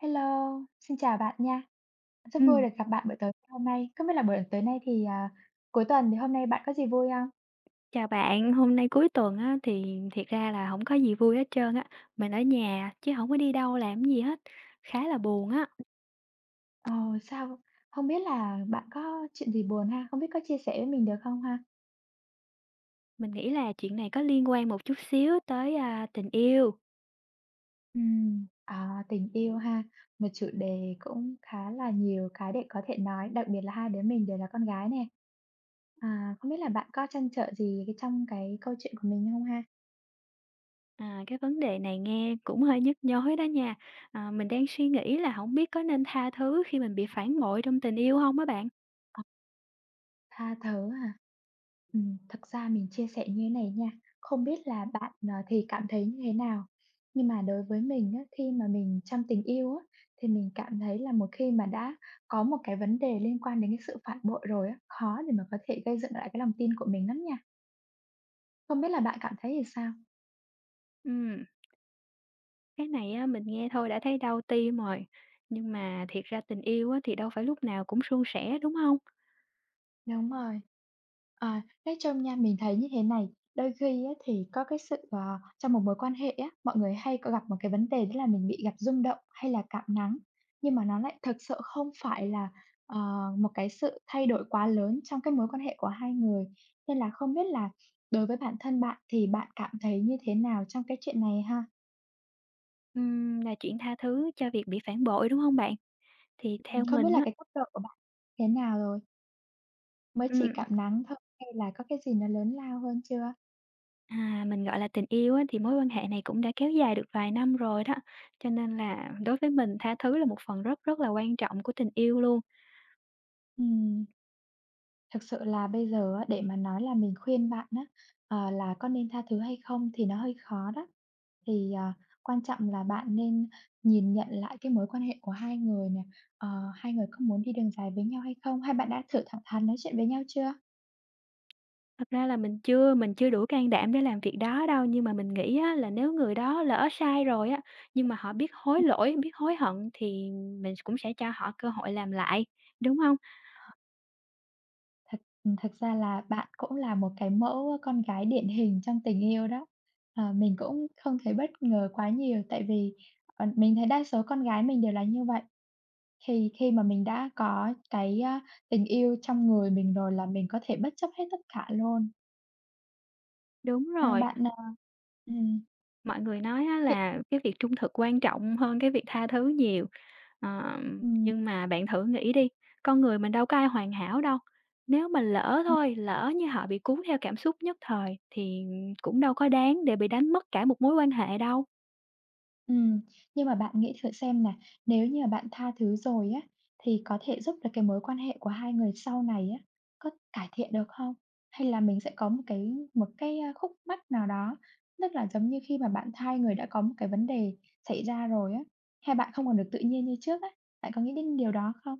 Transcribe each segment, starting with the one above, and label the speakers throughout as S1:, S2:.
S1: Hello, xin chào bạn nha. Rất vui
S2: Ừm,
S1: được gặp bạn buổi tối hôm nay. Không biết là buổi tối nay thì, cuối tuần thì hôm nay bạn có gì vui không?
S2: Chào bạn, hôm nay cuối tuần á, thì thiệt ra là không có gì vui hết trơn á, mình ở nhà chứ không có đi đâu làm gì hết, khá là buồn á.
S1: Ờ, sao? Không biết là bạn có chuyện gì buồn ha? Không biết có chia sẻ với mình được không ha?
S2: Mình nghĩ là chuyện này có liên quan một chút xíu tới, tình yêu,
S1: Tình yêu ha, một chủ đề cũng khá là nhiều cái để có thể nói, đặc biệt là hai đứa mình đều là con gái nè. Không biết là bạn có trăn trở gì cái trong cái câu chuyện của mình không ha?
S2: cái vấn đề này nghe cũng hơi nhức nhối đó nha. Mình đang suy nghĩ là không biết có nên tha thứ khi mình bị phản bội trong tình yêu không á bạn?
S1: Tha thứ à? Thực ra mình chia sẻ như thế này nha, không biết là bạn, thì cảm thấy như thế nào? Nhưng mà đối với mình á, khi mà mình trong tình yêu á, thì mình cảm thấy là một khi mà đã có một cái vấn đề liên quan đến cái sự phản bội rồi á, khó để mà có thể gây dựng lại cái lòng tin của mình lắm nha. Không biết là bạn cảm thấy thì sao?
S2: Ừ, cái này á, mình nghe thôi đã thấy đau tim rồi, nhưng mà thiệt ra tình yêu á, thì đâu phải lúc nào cũng suôn sẻ, đúng không?
S1: Đúng rồi. Ờ, nói chung nha, mình thấy như thế này, đôi khi á thì có cái sự, trong một mối quan hệ á, mọi người hay có gặp một cái vấn đề đó là mình bị gặp rung động hay là cảm nắng, nhưng mà nó lại thực sự không phải là, ờ, một cái sự thay đổi quá lớn trong cái mối quan hệ của hai người. Nên là không biết là đối với bản thân bạn thì bạn cảm thấy như thế nào trong cái chuyện này ha?
S2: Là chuyện tha thứ cho việc bị phản bội, đúng hông bạn? Thì theo
S1: Không biết
S2: mình
S1: là
S2: á
S1: cái cấp độ của bạn thế nào rồi? Mới chỉ
S2: ừm,
S1: cảm nắng thôi hay là có cái gì nó lớn lao hơn chưa?
S2: mình gọi là tình yêu á, thì mối quan hệ này cũng đã kéo dài được vài năm rồi đó, cho nên là đối với mình tha thứ là một phần rất rất là quan trọng của tình yêu luôn.
S1: Ừm. Thực sự là bây giờ á, để mà nói là mình khuyên bạn á, là có nên tha thứ hay không thì nó hơi khó đó. Thì, quan trọng là bạn nên nhìn nhận lại cái mối quan hệ của hai người nè, ờ, hai người có muốn đi đường dài với nhau hay không? Hai bạn đã thử thẳng thắn nói chuyện với nhau chưa?
S2: Thật ra là mình chưa đủ can đảm để làm việc đó đâu, nhưng mà mình nghĩ á là nếu người đó lỡ sai rồi á, nhưng mà họ biết hối
S1: Ừm.
S2: lỗi, biết hối hận thì mình cũng sẽ cho họ cơ hội làm lại, đúng hông?
S1: Thật thật ra là bạn cũng là một cái mẫu con gái điển hình trong tình yêu đó. Ờ, mình cũng không thấy bất ngờ quá nhiều tại vì, mình thấy đa số con gái mình đều là như vậy. Thì khi mà mình đã có cái, tình yêu trong người mình rồi là mình có thể bất chấp hết tất cả luôn.
S2: Đúng
S1: À,
S2: rồi,
S1: bạn, à ừm,
S2: mọi người nói á
S1: hiện
S2: là cái việc trung thực quan trọng hơn cái việc tha thứ nhiều. Ờ,
S1: ừm,
S2: nhưng mà bạn thử nghĩ đi, con người mình đâu có ai hoàn hảo đâu. Nếu mà lỡ
S1: ừm,
S2: thôi, lỡ như họ bị cuốn theo cảm xúc nhất thời thì cũng đâu có đáng để bị đánh mất cả một mối quan hệ đâu.
S1: ừm, nhưng mà bạn nghĩ thử xem nè, nếu như mà bạn tha thứ rồi á, thì có thể giúp được cái mối quan hệ của hai người sau này á, có cải thiện được không? Hay là mình sẽ có một cái, khúc mắc nào đó, tức là giống như khi mà bạn hai người đã có một cái vấn đề xảy ra rồi á, hai bạn không còn được tự nhiên như trước á, bạn có nghĩ đến điều đó không?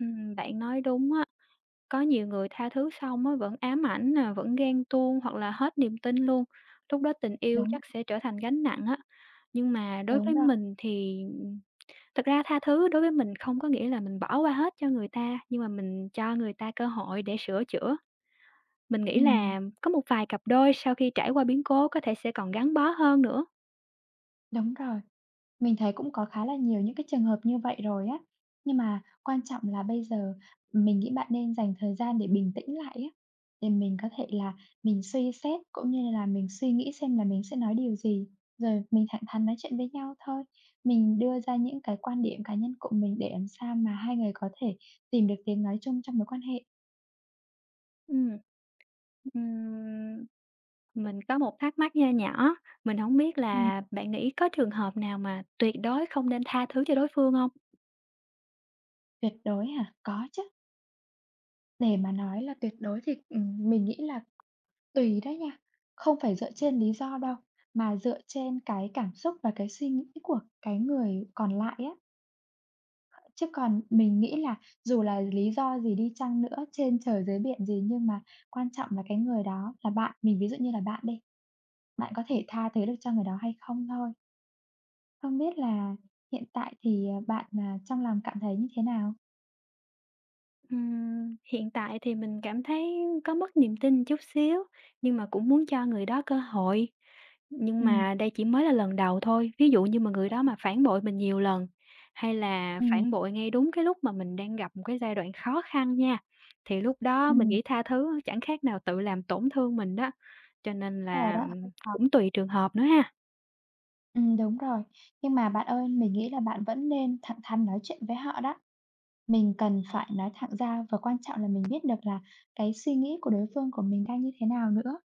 S2: Bạn nói đúng á, có nhiều người tha thứ xong á vẫn ám ảnh nè, vẫn ghen tuông hoặc là hết niềm tin luôn. Lúc đó tình yêu
S1: Đúng,
S2: chắc sẽ trở thành gánh nặng á, nhưng mà đối
S1: đúng
S2: với
S1: rồi.
S2: mình thì thật ra tha thứ đối với mình không có nghĩa là mình bỏ qua hết cho người ta, nhưng mà mình cho người ta cơ hội để sửa chữa. Mình nghĩ
S1: Ừm,
S2: là có một vài cặp đôi sau khi trải qua biến cố có thể sẽ còn gắn bó hơn nữa.
S1: đúng rồi. Mình thấy cũng có khá là nhiều những cái trường hợp như vậy rồi á. Nhưng mà quan trọng là bây giờ mình nghĩ bạn nên dành thời gian để bình tĩnh lại á, để mình có thể là mình suy xét cũng như là mình suy nghĩ xem là mình sẽ nói điều gì, rồi mình thẳng thắn nói chuyện với nhau thôi. Mình đưa ra những cái quan điểm cá nhân của mình để làm sao mà hai người có thể tìm được tiếng nói chung trong mối quan hệ.
S2: Ừm. Ừm, mình có một thắc mắc nho nhỏ, mình không biết
S1: Ừm,
S2: là bạn nghĩ có trường hợp nào mà tuyệt đối không nên tha thứ cho đối phương không?
S1: Tuyệt đối hả? Có chứ. Để mà nói là tuyệt đối thì, mình nghĩ là tùy đấy nha, không phải dựa trên lý do đâu, mà dựa trên cái cảm xúc và cái suy nghĩ của cái người còn lại á. Chứ còn mình nghĩ là dù là lý do gì đi chăng nữa, trên trời dưới biển gì nhưng mà quan trọng là cái người đó là bạn, mình ví dụ như là bạn đi, bạn có thể tha thứ được cho người đó hay không thôi. Không biết là hiện tại thì, bạn, trong lòng cảm thấy như thế nào?
S2: Hiện tại thì mình cảm thấy có mất niềm tin chút xíu, nhưng mà cũng muốn cho người đó cơ hội. Nhưng
S1: Ừ,
S2: mà đây chỉ mới là lần đầu thôi, ví dụ như mà người đó mà phản bội mình nhiều lần, hay là
S1: ừ,
S2: phản bội ngay đúng cái lúc mà mình đang gặp một cái giai đoạn khó khăn nha, thì lúc đó
S1: ừ,
S2: mình nghĩ tha thứ chẳng khác nào tự làm tổn thương mình đó. Cho nên
S1: đúng rồi
S2: là,
S1: đó, hơi khó.
S2: cũng tùy trường hợp nữa ha.
S1: Đúng rồi. Nhưng mà bạn ơi, mình nghĩ là bạn vẫn nên thẳng thắn nói chuyện với họ đó. Mình cần phải nói thẳng ra và quan trọng là mình biết được là cái suy nghĩ của đối phương của mình đang như thế nào nữa.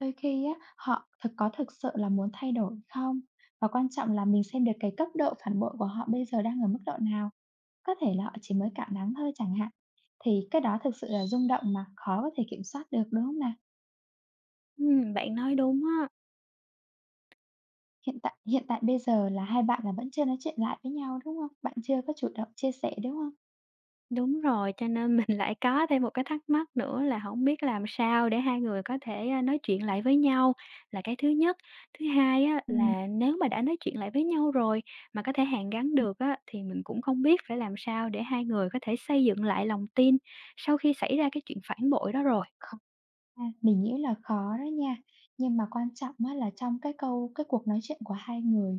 S1: Đôi khi á, họ có thực sự là muốn thay đổi không? Và quan trọng là mình xem được cái cấp độ phản bội của họ bây giờ đang ở mức độ nào. Có thể là họ chỉ mới cảm nắng thôi chẳng hạn. Thì cái đó thực sự là rung động mà khó có thể kiểm soát được đúng không nào?
S2: Bạn nói đúng á.
S1: Hiện tại bây giờ là hai bạn là vẫn chưa nói chuyện lại với nhau đúng không? Bạn chưa có chủ động chia sẻ đúng không?
S2: Đúng rồi, cho nên mình lại có thêm một cái thắc mắc nữa là không biết làm sao để hai người có thể, nói chuyện lại với nhau là cái thứ nhất. Thứ hai á,
S1: Ừm,
S2: là nếu mà đã nói chuyện lại với nhau rồi mà có thể hàn gắn được á, thì mình cũng không biết phải làm sao để hai người có thể xây dựng lại lòng tin sau khi xảy ra cái chuyện phản bội đó rồi.
S1: ừm. À, mình nghĩ là khó đó nha, nhưng mà quan trọng á là trong cái cuộc nói chuyện của hai người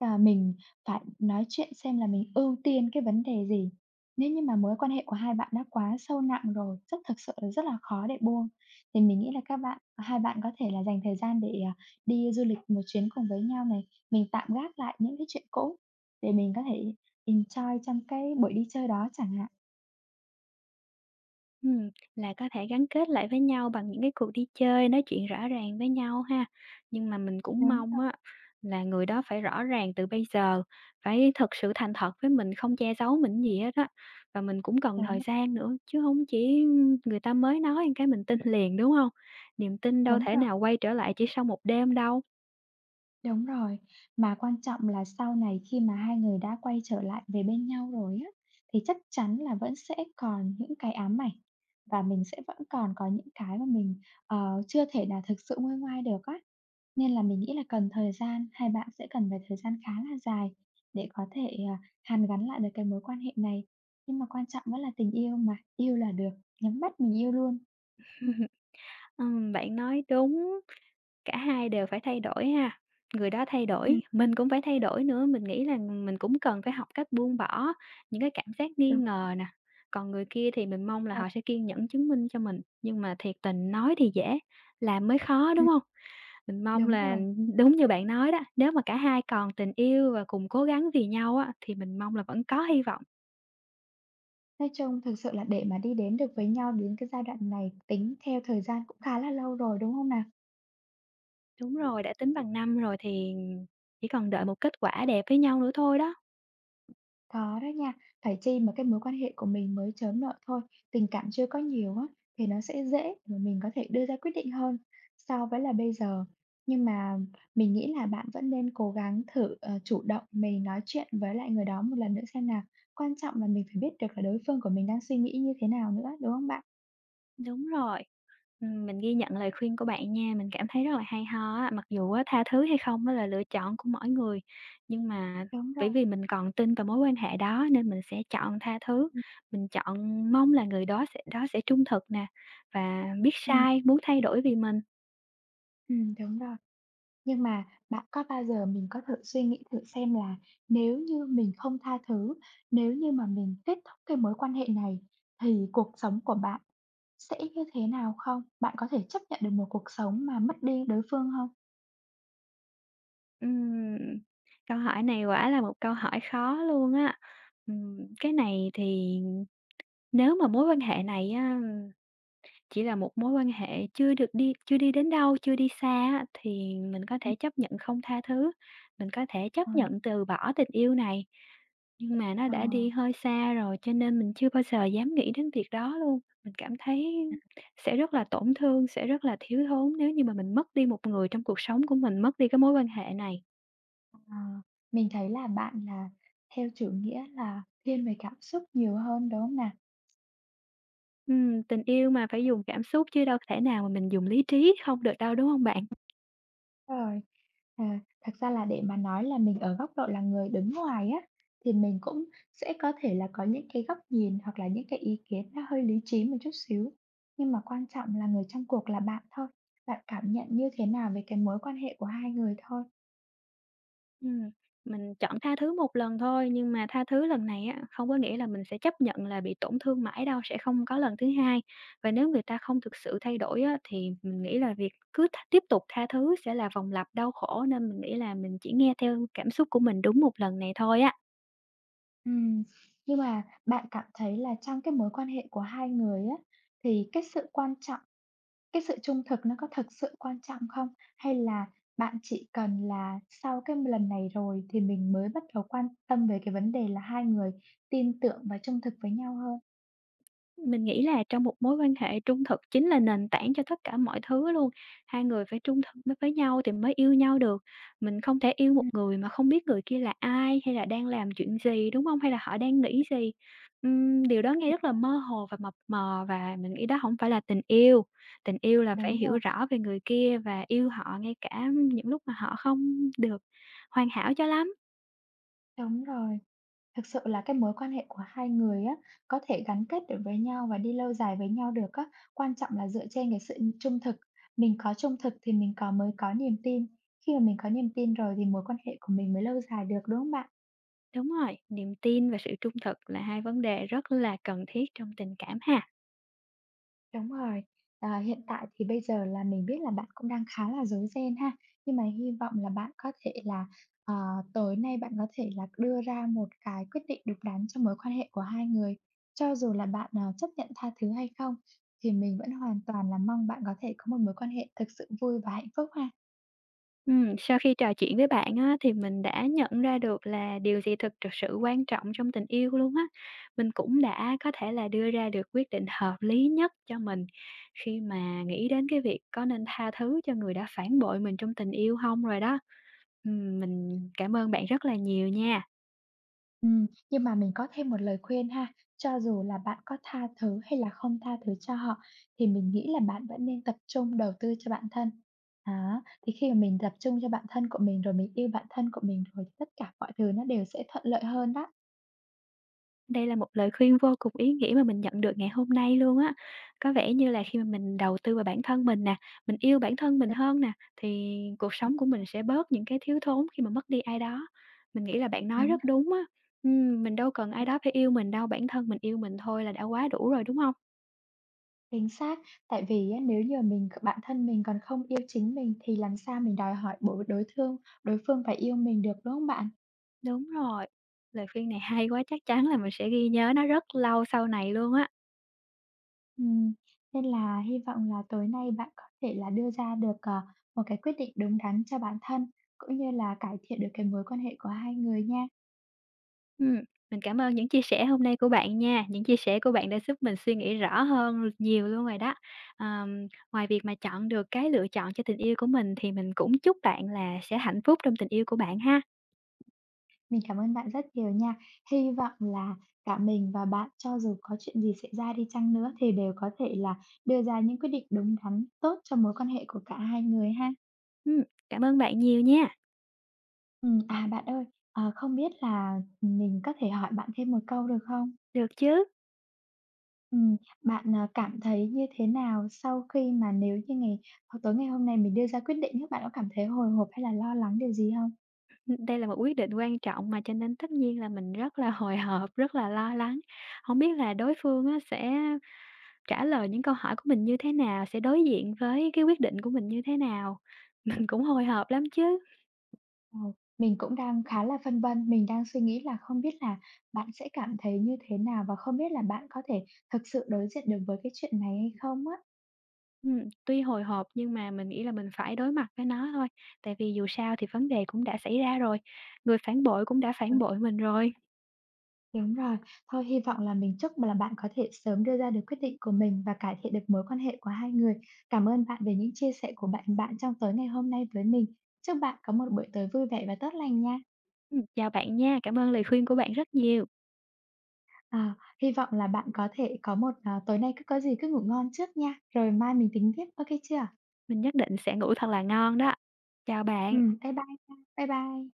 S1: là mình phải nói chuyện xem là mình ưu tiên cái vấn đề gì. Nếu như mà mối quan hệ của hai bạn đã quá sâu nặng rồi, thực sự là rất là khó để buông, thì mình nghĩ là các bạn hai bạn có thể là dành thời gian để, đi du lịch một chuyến cùng với nhau này, mình tạm gác lại những cái chuyện cũ để mình có thể enjoy trong cái buổi đi chơi đó chẳng hạn.
S2: Ừm, là có thể gắn kết lại với nhau bằng những cái cuộc đi chơi, nói chuyện rõ ràng với nhau ha. Nhưng mà mình cũng
S1: Đúng
S2: mong
S1: rồi,
S2: á là người đó phải rõ ràng từ bây giờ, phải thật sự thành thật với mình, không che giấu mình gì hết á. Và mình cũng cần
S1: đúng,
S2: thời
S1: rồi,
S2: gian nữa, chứ không chỉ người ta mới nói một cái mình tin liền, đúng không? Niềm tin đâu
S1: đúng
S2: thể
S1: rồi.
S2: nào quay trở lại chỉ sau một đêm đâu.
S1: Đúng rồi, mà quan trọng là sau này khi mà hai người đã quay trở lại về bên nhau rồi á, thì chắc chắn là vẫn sẽ còn những cái ám ảnh và mình sẽ vẫn còn có những cái mà mình, chưa thể nào thực sự nguôi ngoai được á. Nên là mình nghĩ là cần thời gian, hai bạn sẽ cần phải thời gian khá là dài để có thể, hàn gắn lại được cái mối quan hệ này. Nhưng mà quan trọng vẫn là tình yêu mà, yêu là được, nhắm mắt mình yêu luôn.
S2: Bạn nói đúng. Cả hai đều phải thay đổi ha, người đó thay
S1: Ừm,
S2: đổi, mình cũng phải thay đổi nữa, mình nghĩ là mình cũng cần phải học cách buông bỏ những cái cảm giác nghi
S1: đúng
S2: ngờ nè. Còn người kia thì mình mong là
S1: rồi.
S2: họ sẽ kiên nhẫn chứng minh cho mình, nhưng mà thiệt tình nói thì dễ, làm mới khó, đúng
S1: Ừm.
S2: không? Mình mong
S1: Đúng
S2: là
S1: rồi.
S2: đúng như bạn nói đó, nếu mà cả hai còn tình yêu và cùng cố gắng vì nhau á, thì mình mong là vẫn có hy vọng.
S1: Nói chung thực sự là để mà đi đến được với nhau đến cái giai đoạn này tính theo thời gian cũng khá là lâu rồi, đúng không nào?
S2: Đúng rồi, đã tính bằng năm rồi thì chỉ còn đợi một kết quả đẹp với nhau nữa thôi đó.
S1: Có đó nha, phải chi mà cái mối quan hệ của mình mới chớm nở thôi, tình cảm chưa có nhiều á, thì nó sẽ dễ để mà mình có thể đưa ra quyết định hơn so với là bây giờ. Nhưng mà mình nghĩ là bạn vẫn nên cố gắng thử, chủ động mình nói chuyện với lại người đó một lần nữa xem nào. Quan trọng là mình phải biết được là đối phương của mình đang suy nghĩ như thế nào nữa, đúng không bạn?
S2: Đúng rồi. Mình ghi nhận lời khuyên của bạn nha, mình cảm thấy rất là hay ho á, mặc dù á tha thứ hay không đó là lựa chọn của mỗi người, nhưng mà
S1: Đúng
S2: bởi
S1: rồi.
S2: vì mình còn tin vào mối quan hệ đó nên mình sẽ chọn tha thứ,
S1: Ừm,
S2: mình chọn mong là người đó sẽ trung thực nè, và biết
S1: ừm.
S2: sai, muốn thay đổi vì mình.
S1: Đúng rồi. Nhưng mà bạn có bao giờ mình có thử suy nghĩ thử xem là nếu như mình không tha thứ, nếu như mà mình kết thúc cái mối quan hệ này thì cuộc sống của bạn sẽ như thế nào không? Bạn có thể chấp nhận được một cuộc sống mà mất đi đối phương không?
S2: Ừm, Câu hỏi này quả là một câu hỏi khó luôn á. Cái này thì nếu mà mối quan hệ này á chỉ là một mối quan hệ chưa đi đến đâu, chưa đi xa á, thì mình có
S1: Ừm,
S2: thể chấp nhận không tha thứ, mình có thể chấp
S1: ờ,
S2: nhận từ bỏ tình yêu này, nhưng mà nó
S1: Ờ,
S2: đã đi hơi xa rồi, cho nên mình chưa bao giờ dám nghĩ đến việc đó luôn. Mình cảm thấy sẽ rất là tổn thương, sẽ rất là thiếu thốn nếu như mà mình mất đi một người trong cuộc sống của mình, mất đi cái mối quan hệ này.
S1: ờ, mình thấy là bạn là theo chủ nghĩa là thiên về cảm xúc nhiều hơn đúng không nào?
S2: Tình yêu mà phải dùng cảm xúc chứ đâu thể nào mà mình dùng lý trí không được đâu, đúng không bạn?
S1: Rồi. À, thật ra là để mà nói là mình ở góc độ là người đứng ngoài á, thì mình cũng sẽ có thể là có những cái góc nhìn hoặc là những cái ý kiến nó hơi lý trí một chút xíu. Nhưng mà quan trọng là người trong cuộc là bạn thôi, bạn cảm nhận như thế nào về cái mối quan hệ của hai người thôi.
S2: Ừm, mình chọn tha thứ một lần thôi, nhưng mà tha thứ lần này á, không có nghĩa là mình sẽ chấp nhận là bị tổn thương mãi đâu, sẽ không có lần thứ hai. Và nếu người ta không thực sự thay đổi á, thì mình nghĩ là việc cứ tiếp tục tha thứ sẽ là vòng lặp đau khổ, nên mình nghĩ là mình chỉ nghe theo cảm xúc của mình đúng một lần này thôi á.
S1: Ừm, nhưng mà bạn cảm thấy là trong cái mối quan hệ của hai người á, thì cái sự trung thực nó có thực sự quan trọng không? Hay là bạn chỉ cần là sau cái lần này rồi thì mình mới bắt đầu quan tâm về cái vấn đề là hai người tin tưởng và trung thực với nhau hơn?
S2: Mình nghĩ là trong một mối quan hệ trung thực chính là nền tảng cho tất cả mọi thứ luôn, hai người phải trung thực với nhau thì mới yêu nhau được. Mình không thể yêu một
S1: Ừm,
S2: người mà không biết người kia là ai, hay là đang làm chuyện gì, đúng không? Hay là họ đang nghĩ gì. Điều đó nghe
S1: đúng.
S2: rất là mơ hồ và mập mờ và mình nghĩ đó không phải là tình yêu. Tình yêu là phải
S1: Đúng
S2: hiểu
S1: rồi,
S2: rõ về người kia và yêu họ ngay cả những lúc mà họ không được hoàn hảo cho lắm.
S1: đúng rồi. Thực sự là cái mối quan hệ của hai người á, có thể gắn kết được với nhau và đi lâu dài với nhau được á, quan trọng là dựa trên cái sự trung thực. Mình có trung thực thì mình mới có niềm tin, khi mà mình có niềm tin rồi thì mối quan hệ của mình mới lâu dài được, đúng không bạn?
S2: Đúng rồi, niềm tin và sự trung thực là hai vấn đề rất là cần thiết trong tình cảm ha.
S1: Đúng rồi. Hiện tại thì bây giờ là mình biết là bạn cũng đang khá là rối ren ha, nhưng mà hy vọng là bạn có thể là, ờ, tối nay bạn có thể là đưa ra một cái quyết định đúng đắn cho mối quan hệ của hai người. Cho dù là bạn, chấp nhận tha thứ hay không, thì mình vẫn hoàn toàn là mong bạn có thể có một mối quan hệ thực sự vui và hạnh phúc ha.
S2: Sau khi trò chuyện với bạn á, thì mình đã nhận ra được là điều gì thực thực sự quan trọng trong tình yêu luôn á. Mình cũng đã có thể là đưa ra được quyết định hợp lý nhất cho mình khi mà nghĩ đến cái việc có nên tha thứ cho người đã phản bội mình trong tình yêu không rồi đó. Mình cảm ơn bạn rất là nhiều nha.
S1: Nhưng mà mình có thêm một lời khuyên ha, cho dù là bạn có tha thứ hay là không tha thứ cho họ thì mình nghĩ là bạn vẫn nên tập trung đầu tư cho bản thân. Đó, thì khi mà mình tập trung cho bản thân của mình rồi, mình yêu bản thân của mình rồi thì tất cả mọi thứ nó đều sẽ thuận lợi hơn đó.
S2: Đây là một lời khuyên vô cùng ý nghĩa mà mình nhận được ngày hôm nay luôn á. Có vẻ như là khi mà mình đầu tư vào bản thân mình nè, mình yêu bản thân mình
S1: Đúng
S2: hơn nè, thì cuộc sống của mình
S1: rồi,
S2: sẽ bớt những cái thiếu thốn khi mà mất đi ai đó. Mình nghĩ là bạn nói
S1: đúng
S2: rất
S1: rồi.
S2: đúng á. Mình đâu cần ai đó phải yêu mình đâu, bản thân mình yêu mình thôi là đã quá đủ rồi, đúng không?
S1: Chính xác, tại vì á, nếu như mình bản thân mình còn không yêu chính mình thì làm sao mình đòi hỏi bổ đối thương đối phương phải yêu mình được, đúng không bạn?
S2: Đúng rồi, lời khuyên này hay quá, chắc chắn là mình sẽ ghi nhớ nó rất lâu sau này luôn á.
S1: Ừm, Nên là hy vọng là tối nay bạn có thể là đưa ra được, một cái quyết định đúng đắn cho bản thân, cũng như là cải thiện được cái mối quan hệ của hai người nha.
S2: Ừm, mình cảm ơn những chia sẻ hôm nay của bạn nha. Những chia sẻ của bạn đã giúp mình suy nghĩ rõ hơn nhiều luôn rồi đó. Ngoài việc mà chọn được cái lựa chọn cho tình yêu của mình thì mình cũng chúc bạn là sẽ hạnh phúc trong tình yêu của bạn ha.
S1: Mình cảm ơn bạn rất nhiều nha. Hy vọng là cả mình và bạn cho dù có chuyện gì xảy ra đi chăng nữa thì đều có thể là đưa ra những quyết định đúng đắn, tốt cho mối quan hệ của cả hai người ha.
S2: Ừm, Cảm ơn bạn nhiều nha.
S1: Bạn ơi, không biết là, mình có thể hỏi bạn thêm một câu được không?
S2: Được chứ.
S1: Ừm, Bạn, cảm thấy như thế nào sau khi mà nếu như ngày hoặc tối ngày hôm nay mình đưa ra quyết định á, bạn có cảm thấy hồi hộp hay là lo lắng điều gì không?
S2: Đây là một quyết định quan trọng mà cho nên tất nhiên là mình rất là hồi hộp, rất là lo lắng. Không biết là đối phương á sẽ trả lời những câu hỏi của mình như thế nào, sẽ đối diện với cái quyết định của mình như thế nào. Mình cũng hồi hộp lắm chứ.
S1: Ờ, mình cũng đang khá là phân vân, mình đang suy nghĩ là không biết là bạn sẽ cảm thấy như thế nào và không biết là bạn có thể thực sự đối diện được với cái chuyện này hay không á?
S2: Ừm, Tuy hồi hộp nhưng mà mình nghĩ là mình phải đối mặt với nó thôi, tại vì dù sao thì vấn đề cũng đã xảy ra rồi, người phản bội cũng đã phản
S1: Đúng.
S2: bội mình rồi.
S1: Đúng rồi, thôi hy vọng là mình chúc là bạn có thể sớm đưa ra được quyết định của mình và cải thiện được mối quan hệ của hai người. Cảm ơn bạn về những chia sẻ của bạn bạn trong tối ngày hôm nay với mình. Chúc bạn có một buổi tối vui vẻ và tốt lành nha.
S2: Chào bạn nha, cảm ơn lời khuyên của bạn rất nhiều,
S1: À, hy vọng là bạn có thể có tối nay cứ có gì cứ ngủ ngon trước nha, rồi mai mình tính tiếp, ok chưa?
S2: mình nhất định sẽ ngủ thật là ngon đó. Chào
S1: Ừ,
S2: bạn.
S1: bye bye, bye bye.